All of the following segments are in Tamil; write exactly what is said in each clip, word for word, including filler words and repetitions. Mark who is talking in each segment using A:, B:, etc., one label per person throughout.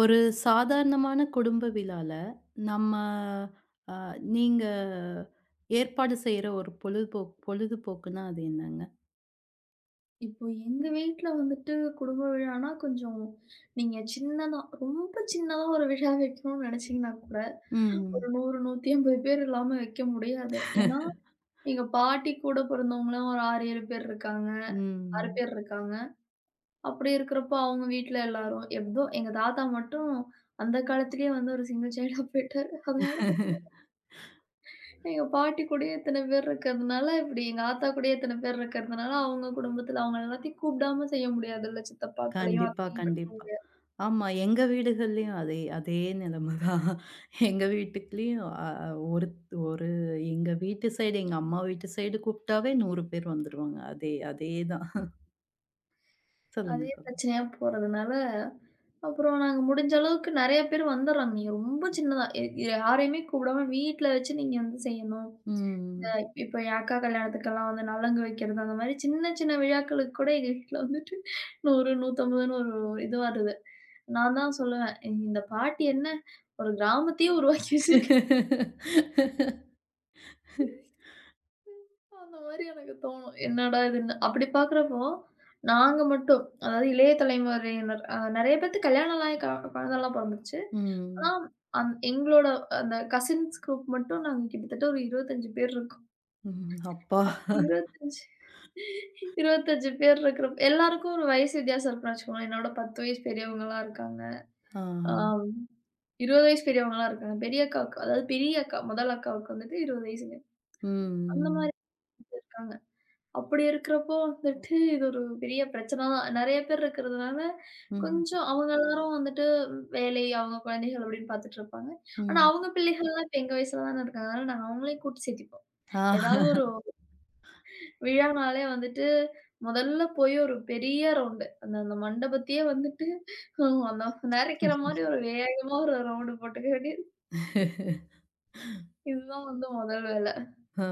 A: ஒரு சாதாரணமான குடும்ப விழால, நம்ம அ நீங்க ஏற்பாடு செய்ற ஒரு பொழுதுபோக் பொழுதுபோக்குன்னா அது என்னங்க?
B: இப்போ எங்க வீட்ல வந்துட்டு குடும்ப விழான்னா, கொஞ்சம் நீங்க சின்னதா ரொம்ப சின்னதா ஒரு விழா வைக்கணும்னு நெனச்சீங்கன்னா கூட,
A: ம்.
B: ஒரு நூறு, நூற்று ஐம்பது பேர் இல்லாம வைக்க முடியாது. ஏன்னா, எங்க பாட்டி கூட பிறந்தவங்கலாம் ஒரு ஆறு, ஏழு பேர் இருக்காங்க. ஆறு
A: ம்.
B: பேர் இருக்காங்க. அப்படி இருக்கிறப்போ அவங்க வீட்ல எல்லாரும், எப்தோ எங்க தாத்தா மட்டும் அந்த காலத்திலேயே வந்து ஒரு சிங்கிள் சைல்டா போயிட்டாரு. அதனால எங்க பாட்டி கூடயே இத்தன பேர் இருக்கிறதுனால, இப்படி எங்க ஆத்தா கூடயே இத்தன பேர் இருக்கிறதுனால, அவங்க குடும்பத்துல அவங்க எல்லாத்தையும் கூப்பிடாம செய்ய முடியாதுல்ல. சித்தப்பாக்களையும்,
A: கண்டிப்பா,
B: அத்தையும் விட்டுற
A: கண்டிப்பா.
B: முடியாது.
A: ஆமா. எங்க வீடுகள்லயும் அதே அதே நிலைமை தான். எங்க வீட்டுக்குள்ளயும் அ ஒரு ஒரு எங்க வீட்டு சைடு, எங்க அம்மா வீட்டு சைடு கூப்பிட்டாவே நூறு பேர் வந்துருவாங்க. அதே அதே தான். சொல்லுங்க,
B: அதே
A: சொல்லுங்க.
B: பிரச்சனையா போறதுனால, அப்புறம் நாங்க முடிஞ்ச அளவுக்கு நெறைய பேர் வந்துர்றாங்க. நீங்க ரொம்ப சின்னதா எ யாரையுமே கூப்பிடாம வீட்ல வச்சு நீங்க வந்து செய்யணும். இந்த
A: ம்.
B: இப்ப என் அக்கா கல்யாணத்துக்கெல்லாம் வந்து நலங்கு வைக்கிறது, அந்த மாரி சின்ன சின்ன விழாக்களுக்கு கூட எங்க வீட்ல வந்துட்டு நூறு, நூற்று ஐம்பதுன்னு ஒரு இது வருது. நான் தான் சொல்லுவேன், இந்த பாட்டி என்ன ஒரு கிராமத்தையே உருவாக்கி வச்சிருக்காங்க. அந்த மாரி எனக்கு தோணும். என்னடா இதுன்னு. அப்படி பார்க்குறப்போ, நாங்க மட்டும் அதாவது இளைய தலைமுறையினர் அ நெறைய பேத்துக்கு கல்யாணம்லாம் ஆகி க குழந்தலாம் பொறந்துருச்சு. ஆனா,
A: ம்.
B: அந் எங்களோட அந்த கசின்ஸ் குரூப் மட்டும் நாங்க கிட்டத்தட்ட ஒரு இருபத்தி ஐந்து பேர் இருக்கோம்.
A: ம். அப்பா!
B: அப்படி இருபத்தி ஐந்து இருபத்தி ஐந்து பேர் இருக்கிறப்ப எல்லாருக்கும் ஒரு வயசு வித்தியாசம் இருக்குன்னு வச்சுக்கோங்களேன். என்னோட பத்து வயசு பெரியவங்கலாம் இருக்காங்க.
A: ஆ.
B: ஆம் இருபது வயசு பெரியவங்கலாம் இருக்காங்க. பெரிய அக்காவுக்கு அதாவது பெரிய அக்கா முதல் அக்காவுக்கு வந்துட்டு இருபது வயசுங்க. அந்த
A: ம்.
B: மாரி இருக்காங்க. அப்படி இருக்கிறப்போ வந்துட்டு, இது ஒரு பெரிய பிரச்சனை தான். நெறைய பேர் இருக்கிறதுனால,
A: ம்.
B: கொஞ்சம் அவங்க எல்லாரும் வந்துட்டு வேலை, அவங்க குழந்தைகள் அப்படின்னு பார்த்துட்டுருப்பாங்க. ஆனா,
A: ம்.
B: அவங்க பிள்ளைகள்லாம் இப்ப எங்க வயசுல தானே இருக்காங்க. அதனால நாங்க அவங்களையும் கூட்டு சேர்த்துப்போம்.
A: ஆ.
B: ஏதாவது ஒரு விழானாலே வந்துட்டு, முதல்ல போய் ஒரு பெரிய ரவுண்டு. அந்த அந்த மண்டபத்தையே வந்துட்டு ஹம், அந்த நெறைக்கிற மாரி ஒரு வேகமா ஒரு ரவுண்டு போட்டுக்க வேண்டியது. இதுதான் வந்து முதல் வேலை.
A: ஆ.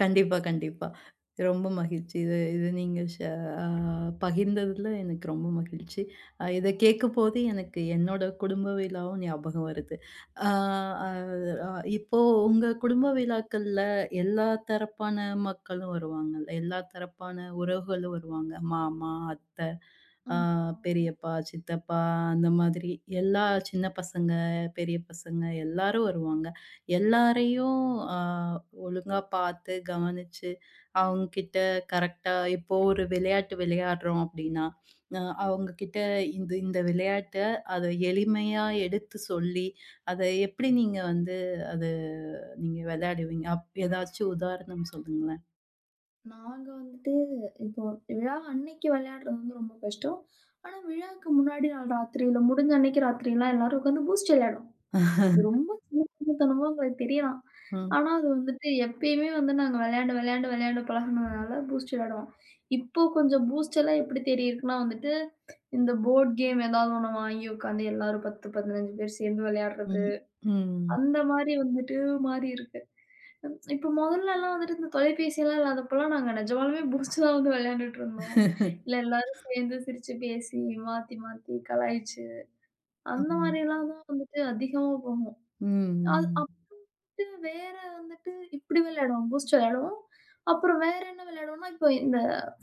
A: கண்டிப்பா, கண்டிப்பா. ரொம்ப மகிழ்ச்சி. இது இது நீங்க ஷே அ பகிர்ந்ததுல எனக்கு ரொம்ப மகிழ்ச்சி. அ இத கேட்கும்போது எனக்கு என்னோட குடும்ப விழாவும் ஞாபகம் வருது. அ அ அ இப்போ உங்க குடும்ப விழாக்கள்ல எல்லா தரப்பான மக்களும் வருவாங்கல்ல. எல்லா தரப்பான உறவுகளும் வருவாங்க. மாமா, அத்தை, அ
B: ம். ஆமா.
A: பெரியப்பா, சித்தப்பா அந்த மாதிரி எல்லா சின்ன பசங்க, பெரிய பசங்க எல்லாரும் வருவாங்க. எல்லாரையும் அ ஒழுங்கா பார்த்து, கவனிச்சு, அவங்க கிட்ட கரெக்ட்டா இப்போ ஒரு விளையாட்டு விளையாடுறோம் அப்படின்னா, அ அவங்க கிட்ட இந்த இந்த விளையாட்ட அத எளிமையா எடுத்து சொல்லி, அத எப்படி நீங்க வந்து அத நீங்க விளையாடுவீங்க? அப் ஏதாச்சும் உதாரணம் சொல்லுங்களேன்.
B: நாங்க வந்துட்டு இப்போ விழா அன்னைக்கு விளையாடுறது வந்து ரொம்ப கஷ்டம். ஆனா, விழாவுக்கு முன்னாடி நாள் ராத்திரியில முடிஞ்ச அன்னைக்கு ராத்திரிலாம் எல்லாரும் உட்காந்து பூஸ்ட் விளையாடுவோம். இது ரொம்ப சின்னத்தனமா உங்களுக்கு தெரியலாம்.
A: ம்.
B: ஆனா, அது வந்துட்டு எப்பயுமே வந்து நாங்க விளையாண்டு, விளையாண்டு, விளையாண்டு பழகுனதுனால பூஸ்ட் விளையாடுவோம். இப்போ கொஞ்சம் பூஸ்ட் எல்லாம் எப்படி தெரியிருக்குன்னா வந்துட்டு, இந்த போர்ட் கேம் ஏதாவது ஒண்ணு வாங்கி உட்காந்து எல்லாரும் பத்து, பதினைந்து பேர் சேர்ந்து விளையாடுறது.
A: ம். ம்.
B: அந்த மாரி வந்துட்டு மாறி இருக்கு. ம் இப்ப மொதல்லலாம் வந்துட்டு இந்த தொலைபேசியெல்லாம் இல்லாதப்பலாம் நாங்க நிஜமாலுமே புடிச்சு தான் வந்து விளையாண்டுட்டுருந்தோம். இல்ல எல்லாரும் சேர்ந்து சிரிச்சு பேசி, மாத்தி மாத்தி கலாய்ச்சு, அந்த
A: ஆமா.
B: மாரிலாம் தான் வந்துட்டு அதிகமா போகும். அது
A: ம்.
B: அப்படி வேற வந்துட்டு இப்படி விளையாடுவோம். புடிச்சு விளையாடுவோம். அப்புறம் வேற என்ன விளையாடுவோம்னா, இப்போ இந்த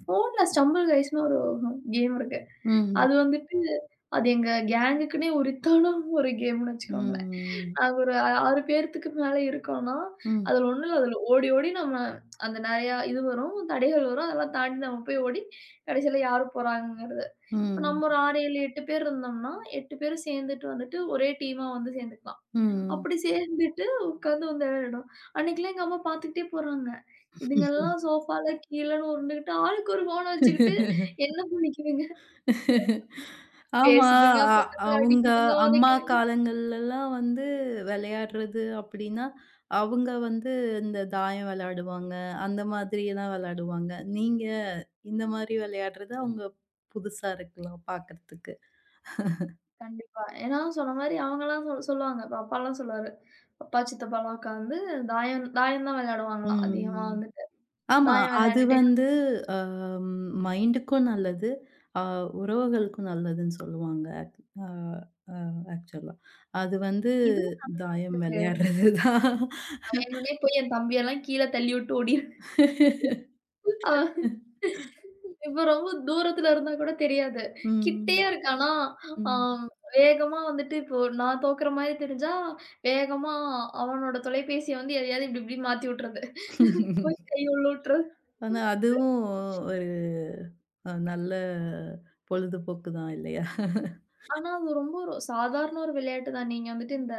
B: ஃபோன்ல ஸ்டம்பிள் கைஸ்ன்னு ஒரு கேம் இருக்கு.
A: ம்.
B: அது வந்துட்டு அது எங்க கேங்குக்குன்னே உரித்தான ஒரு கேம்ன்னு வச்சுக்கோங்களேன்.
A: ம்.
B: நாங்க ஒரு ஆறு பேர்த்துக்கு மேல இருக்கோம்ன்னா,
A: ம்.
B: அதுல ஒண்ணும் இல்ல. அதுல ஓடி ஓடி நம்ம அந்த நெறையா இது வரும், தடைகள் வரும். அதெல்லாம் தாண்டி நம்ம போய் ஓடி கடைசியில யாரு போறாங்கங்கிறது. இப்ப
A: ம்.
B: நம்ம ஒரு ஆறு, ஏழு, எட்டு பேர் இருந்தோம்னா, எட்டு பேரும் சேர்ந்துட்டு வந்துட்டு ஒரே டீமா வந்து சேர்ந்துக்கலாம்.
A: ம்.
B: அப்படி சேர்ந்துட்டு உட்காந்து வந்து விளையாடுவோம். அன்னைக்கெல்லாம் எங்க அம்மா பார்த்துக்கிட்டே போறாங்க. இதுங்கெல்லாம் சோஃபால கீழன்னு உருண்டுகிட்டு, ஆளுக்கு ஒரு ஃபோன வச்சுக்கிட்டு
A: ம்.
B: என்ன பண்ணிக்குதுங்க?
A: ஆமா.
B: பேசுதுங்க,
A: அ
B: பக்கத்துல
A: அவங்க
B: அடிக்குதுங்க,
A: அம்மா
B: உதைக்குதுங்க.
A: காலங்கள்லலாம் வந்து விளையாடுறது அப்படின்னா, அவங்க வந்து இந்த தாயம் விளையாடுவாங்க. அந்த மாதிரியெல்லாம் விளையாடுவாங்க. நீங்க இந்த மாதிரி விளையாடுறது அவங்க புதுசா இருக்கலாம் பார்க்கறதுக்கு.
B: கண்டிப்பா. ஏன்னா சொன்ன மாரி அவங்கலாம் சொ சொல்லுவாங்க. இப்ப அப்பாலாம் சொல்லுவாரு. அப்பா, சித்தப்பாலாம் உட்காந்து தாயம் தாயம் தான் விளையாடுவாங்களாம். அதிகமா
A: ம்.
B: வந்துட்டு.
A: ஆமா.
B: தாயம்
A: அது
B: விளையாண்டுட்டே
A: வந்து அ மைண்டுக்கும் நல்லது. அ உறவுகளுக்கும் நல்லதுன்னு சொல்லுவாங்க. அ அ ஆக்சுவலா. அது வந்து
B: இதுவும்
A: தாயம்
B: இருக்கு.
A: விளையாடுறது தான்.
B: வேணும்னே போய் என் தம்பியெல்லாம் கீழ தள்ளிவுட்டு ஓடிரு அவன் இப்ப ரொம்ப தூரத்துல இருந்தா கூட தெரியாது. கிட்டயே
A: ம்.
B: இருக்கானா, ஆ
A: ம்.
B: வேகமா வந்துட்டு இப்போ நான் தோக்குற மாரி தெரிஞ்சா, வேகமா அவனோட தொலைபேசிய வந்து எதையாவது இப்டி இப்டி மாத்தி விட்டுறது. போய் கை உள்ள விட்டுறது.
A: ஆனா, அதுவும் ஒரு அ நல்ல பொழுதுபோக்கு தான் இல்லையா?
B: ஆனா, அது ரொம்ப ஒரு சாதாரண ஒரு விளையாட்டு தான். நீங்க வந்துட்டு இந்த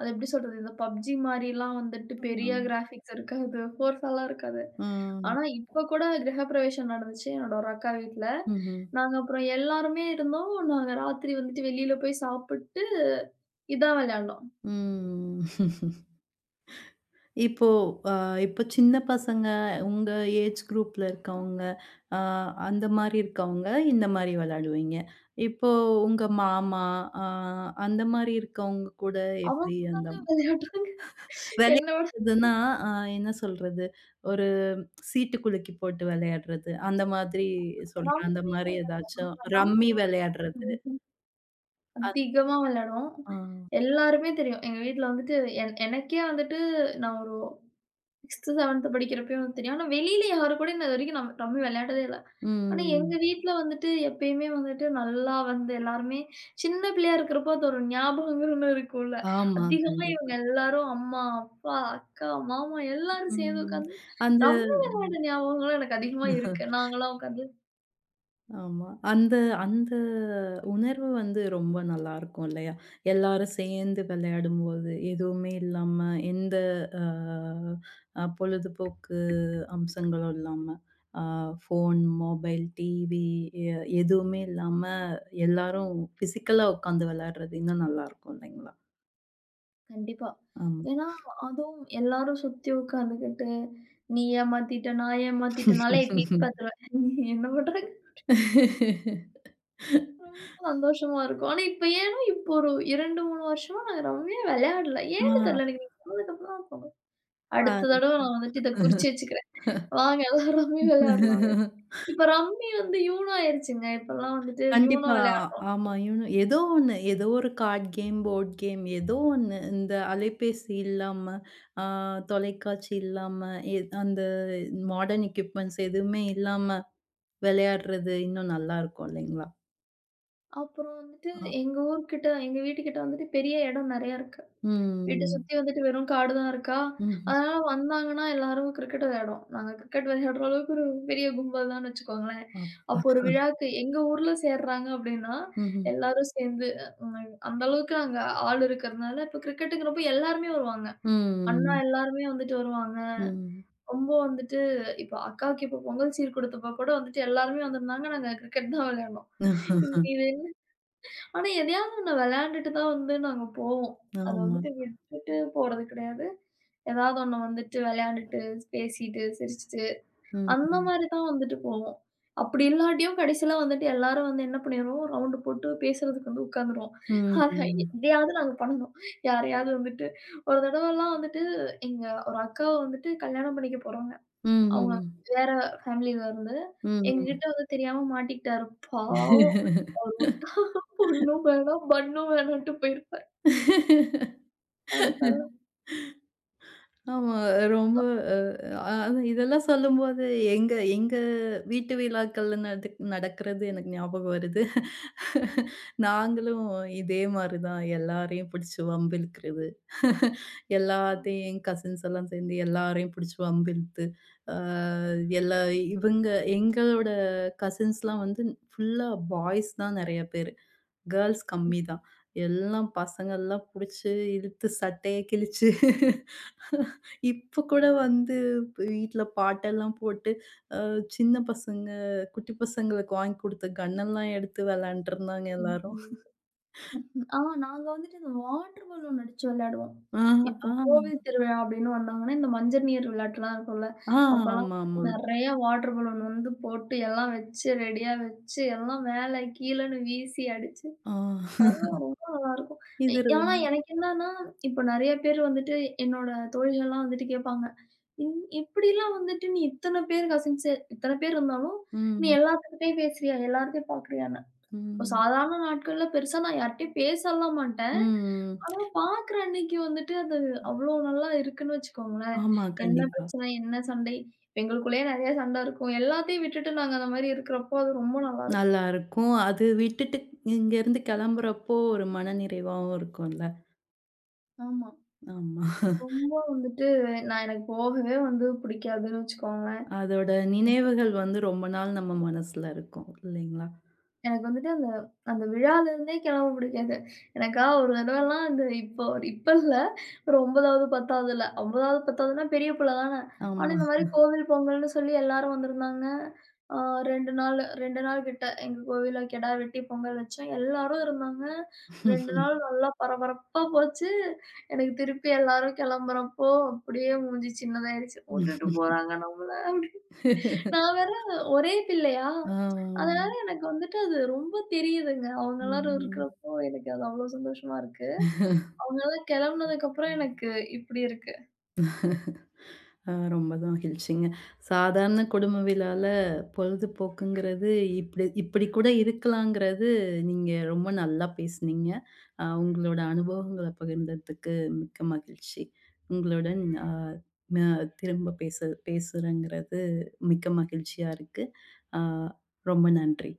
B: அது எப்படி சொல்றது? இந்த P U B G மாரிலாம் வந்துட்டு பெரிய
A: ம்.
B: கிராபிக்ஸ் இருக்காது. ஃபோர்ஸாலாம் இருக்காது.
A: ம்.
B: ஆனா, இப்ப கூட கிரகப்பிரவேசம் நடந்துச்சு என்னோட ஒரு அக்கா வீட்ல.
A: ம்ஹ்ம்.
B: நாங்க அப்புறம் எல்லாருமே இருந்தோம். நாங்க ராத்திரி வந்துட்டு வெளியில போய் சாப்பிட்டு, இதான் விளையாண்டோம்.
A: ம். இப்போ அஹ், இப்போ சின்ன பசங்க உங்க ஏஜ் குரூப்ல இருக்கவங்க, அ அந்த மாரி இருக்கவங்க இந்த மாரி விளையாடுவீங்க. இப்போ உங்க மாமா அ அந்த மாரி இருக்கவங்க கூட
B: அவங்க
A: எப்படி அந்த
B: தாங்க விளையாடுறாங்க. என்ன விட
A: விளையாடுறதுன்னா, அ என்ன சொல்றது? ஒரு சீட்டு குலுக்கி போட்டு விளையாடுறது. அந்த மாதிரி சொல்றேன்.
B: ரம்மி
A: அந்த மாரி
B: விளையாடுவோம்.
A: ஏதாச்சும்
B: ஆமா, ரம்மி
A: ரம்மி விளையாடுறது. அ
B: அதிகமா விளையாடுவோம்.
A: ஆ.
B: எல்லாருமே தெரியும். எங்க வீட்ல வந்துட்டு என் எனக்கே வந்துட்டு நான் ஒரு சிக்ஸ்த்து, செவன்த்து படிக்கிறப்பயும் வந்து தெரியும். ஆனா வெளியில யாரு கூடயும் நான் இதுவரைக்கும் நம் ரம்மி விளையாடதே இல்ல. ஆனா எங்க
A: ம்.
B: வீட்ல வந்துட்டு எப்பயுமே வந்துட்டு நல்லா வந்து எல்லாருமே சின்ன பிள்ளையா இருக்கிறப்போ அது ஒரு ஞாபகங்கள் ஒண்ணு இருக்கும்ல.
A: ஆமா.
B: அதிகமா
A: கண்டிப்பா.
B: இவங்க எல்லாரும் அம்மா, அப்பா, அக்கா, மாமா எல்லாரும் சேர்ந்து
A: ம்.
B: உட்காந்து
A: அந்த
B: ரம்மி விளையாட ஞாபகங்களும் எனக்கு அதிகமா இருக்கு. நாங்கலாம் உட்காந்து
A: ஆமா. அந்த அந்த உணர்வு வந்து ரொம்ப நல்லாருக்கும் இல்லையா? எல்லாரும் சேர்ந்து விளையாடும்போது, எதுவுமே இல்லாம, எந்த அ அ பொழுதுபோக்கு அம்சங்களும் இல்லாம, அ ஃபோன், மொபைல், டிவி எ எதுவுமே இல்லாம, எல்லாரும் ஃபிசிக்கலா உட்காந்து விளையாடுறது இன்னும் நல்லாருக்கும் இல்லைங்களா?
B: கண்டிப்பா.
A: ஆமா.
B: ஏன்னா அதுவும் எல்லாரும் சுத்தி உட்காந்துக்கிட்டு, "நீ ஏமாத்திட்ட, நான் ஏமாத்திட்டேன்" நான்லாம் எட்டி எட்டி பார்த்துருவேன். என்ன பண்ற? சந்தோஷமா இருக்கும். ஆனா இப்ப ஏனோ இப்போ ஒரு இரண்டு, மூன்று வருஷமா நாங்க ரம்மியே விளையாடல. ஏன்னு தெரியல
A: ஆ.
B: எனக்கு நீங்க சொன்னதுக்கப்புறம் தான் தோணுது. அடுத்த
A: பா
B: தடவ நான் வந்துட்டு இத குறிச்சு வச்சுக்கிறேன். வாங்க எல்லாரும் ரம்மி விளையாடலாம் அப்படின்னு. இப்ப ரம்மி வந்து யூனோ ஆயிருச்சுங்க. இப்பல்லாம் வந்துட்டு யூனோ
A: கண்டிப்பா.
B: விளையாட
A: ஆமா. இவனும் ஏதோ ஒண்ணு. ஏதோ ஒரு கார்ட் கேம், போர்ட் கேம் ஏதோ ஒண்ணு. இந்த அலைபேசி இல்லாம, அ தொலைக்காட்சி இல்லாம, எ அந்த மாடர்ன் எக்யூப்மென்ட்ஸ் எதுவுமே இல்லாம விளையாடுறது இன்னும் நல்லாருக்கும் இல்லைங்களா?
B: அப்புறம் வந்துட்டு
A: அ.
B: எங்க ஊர்கிட்ட எங்க வீட்டுக்கிட்ட வந்துட்டு பெரிய இடம் நெறையா இருக்கு. வீட்ட
A: ம்.
B: சுத்தி வந்துட்டு வெறும் காடு தான் இருக்கா.
A: ம்ஹ்ம்.
B: அதனால வந்தாங்கன்னா எல்லாரும் கிரிக்கெட் விளையாடுவோம். நாங்க கிரிக்கெட் விளையாடுற அளவுக்கு ஒரு பெரிய கும்பல் தான்னு வச்சுக்கோங்களேன்.
A: அப்பா!
B: அப்போ ஒரு விழாக்கு எங்க ஊர்ல சேர்றாங்க அப்படின்னா,
A: ம்ஹ்ம்.
B: எல்லாரும் சேர்ந்து ம் அந்த அளவுக்கு அங்க ஆள் இருக்கிறதுனால, இப்ப கிரிக்கெட்டுங்கிறப்போ எல்லாருமே வருவாங்க. அண்ணா
A: ம்.
B: எல்லாருமே வந்துட்டு வருவாங்க.
A: ம்.
B: ரொம்ப வந்துட்டு இப்ப அக்காவுக்கு இப்போ பொங்கல் சீர் கொடுத்தப்போ கூட வந்துட்டு எல்லாருமே வந்திருந்தாங்க. நாங்க கிரிக்கெட் தான் விளையாடனோம். இது ஆனா, எதையாவது ஒண்ணு விளையாண்டுட்டு தான் வந்து நாங்க போவோம். அத
A: ஆமா.
B: வந்துட்டு விட்டுட்டு போறது கிடையாது. ஏதாவது ஒண்ணு வந்துட்டு விளையாண்டுட்டு, பேசிட்டு, சிரிச்சுட்டு,
A: ம்.
B: அந்த மாரி தான் வந்துட்டு போவோம். அப்படி இல்லாட்டியும் கடைசியில வந்துட்டு எல்லாரும் வந்து என்ன பண்ணிருவோம், ரவுண்டு போட்டு பேசுறதுக்கு வந்து உட்காந்துருவோம்.
A: ம்.
B: அத
A: ம்.
B: எதையாவது நாங்க பண்ணணும். யாரையாவது வந்துட்டு ஒரு தடவலாம் வந்துட்டு எங்க ஒரு அக்காவ வந்துட்டு கல்யாணம் பண்ணிக்க போறோங்க. அவங்க
A: ம்.
B: வேற ஃபேமிலில இருந்து
A: ம்.
B: எங்ககிட்ட வந்து தெரியாம மாட்டிக்கிட்டாரு. பாவம். பொண்ணும் வேணாம், பன்னும் வேணான்ட்டு போயிருக்காரு. அதெல்லாம்
A: ஆமா. ரொம்ப அ அ அதான் இதெல்லாம் சொல்லும்போது எங்க எங்க வீட்டு விழாக்கள் நடக் நடக்கிறது எனக்கு ஞாபகம் வருது. நாங்களும் இதே மாரி தான் எல்லாரையும் பிடிச்சு வம்பு இழுக்கிறது. எல்லாத்தையும் என் கசின்ஸ் எல்லாம் சேர்ந்து எல்லாரையும் பிடிச்சு வம்பு இழுத்து, அ எல்லா இவங்க எங்களோட கசின்ஸ்லாம் வந்து ஃபுல்லா பாய்ஸ் தான் நெறைய பேரு. கேர்ல்ஸ் கம்மி தான். எல்லாம் பசங்கள்லாம் புடிச்சு, இழுத்து சட்டைய கிழிச்சு, இப்ப கூட வந்து வீட்ல பாட்டெல்லாம் போட்டு, அ சின்ன பசங்க, குட்டி பசங்களுக்கு வாங்கி குடுத்த கன்னெல்லாம் எடுத்து வெளையாண்டுருந்தாங்க எல்லாரும்.
B: ம். ஆ நாங்க வந்துட்டு இந்த வாட்டர் பலூன் அடிச்சு விளையாடுவோம்.
A: ஆ, ஆ,
B: இப்போ கோவில் திருவிழா அப்படின்னு வந்தாங்கன்னா, இந்த மஞ்சள் நீர் விளையாட்டுலாம் இருக்கும்ல,
A: ஆ
B: அப்பலாம்
A: ஆமாமா.
B: நெறைய வாட்டர் பலூன் வந்து போட்டு எல்லாம் வச்சு, ரெடியா வச்சு, எல்லாம் மேல கீழன்னு வீசி அடிச்சு,
A: ஆ
B: அதெல்லாம் ரொம்ப நல்லாருக்கும். எ
A: இது ரொம்ப
B: ஆனா எனக்கு என்னன்னா, இப்போ நெறைய பேர் வந்துட்டு என்னோட தோழிகள்லாம் வந்துட்டு கேட்பாங்க. இந் இப்படிலாம் வந்துட்டு நீ இத்தன பேர் கசின்ஸு இத்தன பேர் இருந்தாலும், நீ
A: ம்,
B: எல்லாத்துக்கிட்டயும் பேசுறியா? எல்லார்ட்டயும் பார்க்குறியா? இப்போ
A: ம்,
B: சாதாரண நாட்கள்ல பெருசா நான் யார்கிட்டயும் பேசலாம் மாட்டேன்.
A: ம்.
B: ஆனா பாக்குற அன்னைக்கு வந்துட்டு அது அவ்ளோ நல்லா இருக்குன்னு வச்சுக்கோங்களேன்.
A: ஆமா,
B: என்ன
A: கண்டிப்பா.
B: பிரச்சனை, என்ன சண்டை எங்களுக்குள்ளேயே நெறைய சண்டை இருக்கும். எல்லாத்தையும் விட்டுட்டு நாங்க அந்த மாரி இருக்கிறப்போ, அது ரொம்ப நல்லாருக்கும்.
A: நல்லாருக்கும். அது விட்டுட்டு இங்கேருந்து கெளம்புறப்போ ஒரு மனநிறைவாவும் இருக்கும்ல.
B: ஆமா.
A: ஆமா.
B: ரொம்ப வந்துட்டு நான் எனக்கு போகவே வந்து பிடிக்காதுன்னு வச்சுக்கோங்களேன்.
A: அதோட நினைவுகள் வந்து ரொம்ப நாள் நம்ம மனசுல இருக்கும் இல்லைங்களா?
B: எனக்கு வந்துட்டு அந்த அந்த விழாலருந்தே கிளம்ப பிடிக்காது. எனக்கா ஒரு தடவலாம் அந்த இப்போ இப்ப இல்ல. ஒரு ஒன்பதாவது, 10வதுல 9வது, பத்தாவதுன்னா பெரிய பிள்ளை தானே! ஆனா
A: ஆமா.
B: இந்த மாரி கோவில் பொங்கல்னு சொல்லி எல்லாரும் வந்திருந்தாங்க. ஆ இரண்டு நாள் இரண்டு நாள் கிட்ட எங்க கோவில்ல கிடா வெட்டி பொங்கல் வச்சோம். எல்லாரும் இருந்தாங்க. இரண்டு நாள் நல்லா பரபரப்பா போச்சு. எனக்கு திருப்பி எல்லாரும் கிளம்புறப்போ, அப்படியே மூஞ்சி சின்னதாயிடுச்சு. "வுட்டுட்டு போறாங்க நம்மள" அப்படி நான் வேற ஒரே பிள்ளையா,
A: ஆ.
B: அதனால எனக்கு வந்துட்டு அது ரொம்ப தெரியுதுங்க. அவங்க எல்லாரும்
A: ம்.
B: இருக்கிறப்போ எனக்கு அது அவ்ளோ சந்தோஷமா இருக்கு. அவங்க எல்லாம் கிளம்புனதுக்கப்புறம் எனக்கு இப்டி இருக்கு.
A: ஆ ரொம்ப தான் மகிழ்ச்சிங்க. சாதாரண குடும்ப விழால பொழுதுபோக்குங்கிறது இப்படி இப்படி கூட இருக்கலாங்கிறது நீங்க ரொம்ப நல்லா பேசுனீங்க. அ உங்களோட அனுபவங்கள பகிர்ந்ததுக்கு மிக்க மகிழ்ச்சி. உங்களுடன் அ ம திரும்ப பேச பேசுறேங்கிறது மிக்க மகிழ்ச்சியா இருக்கு. ஆ ரொம்ப நன்றி.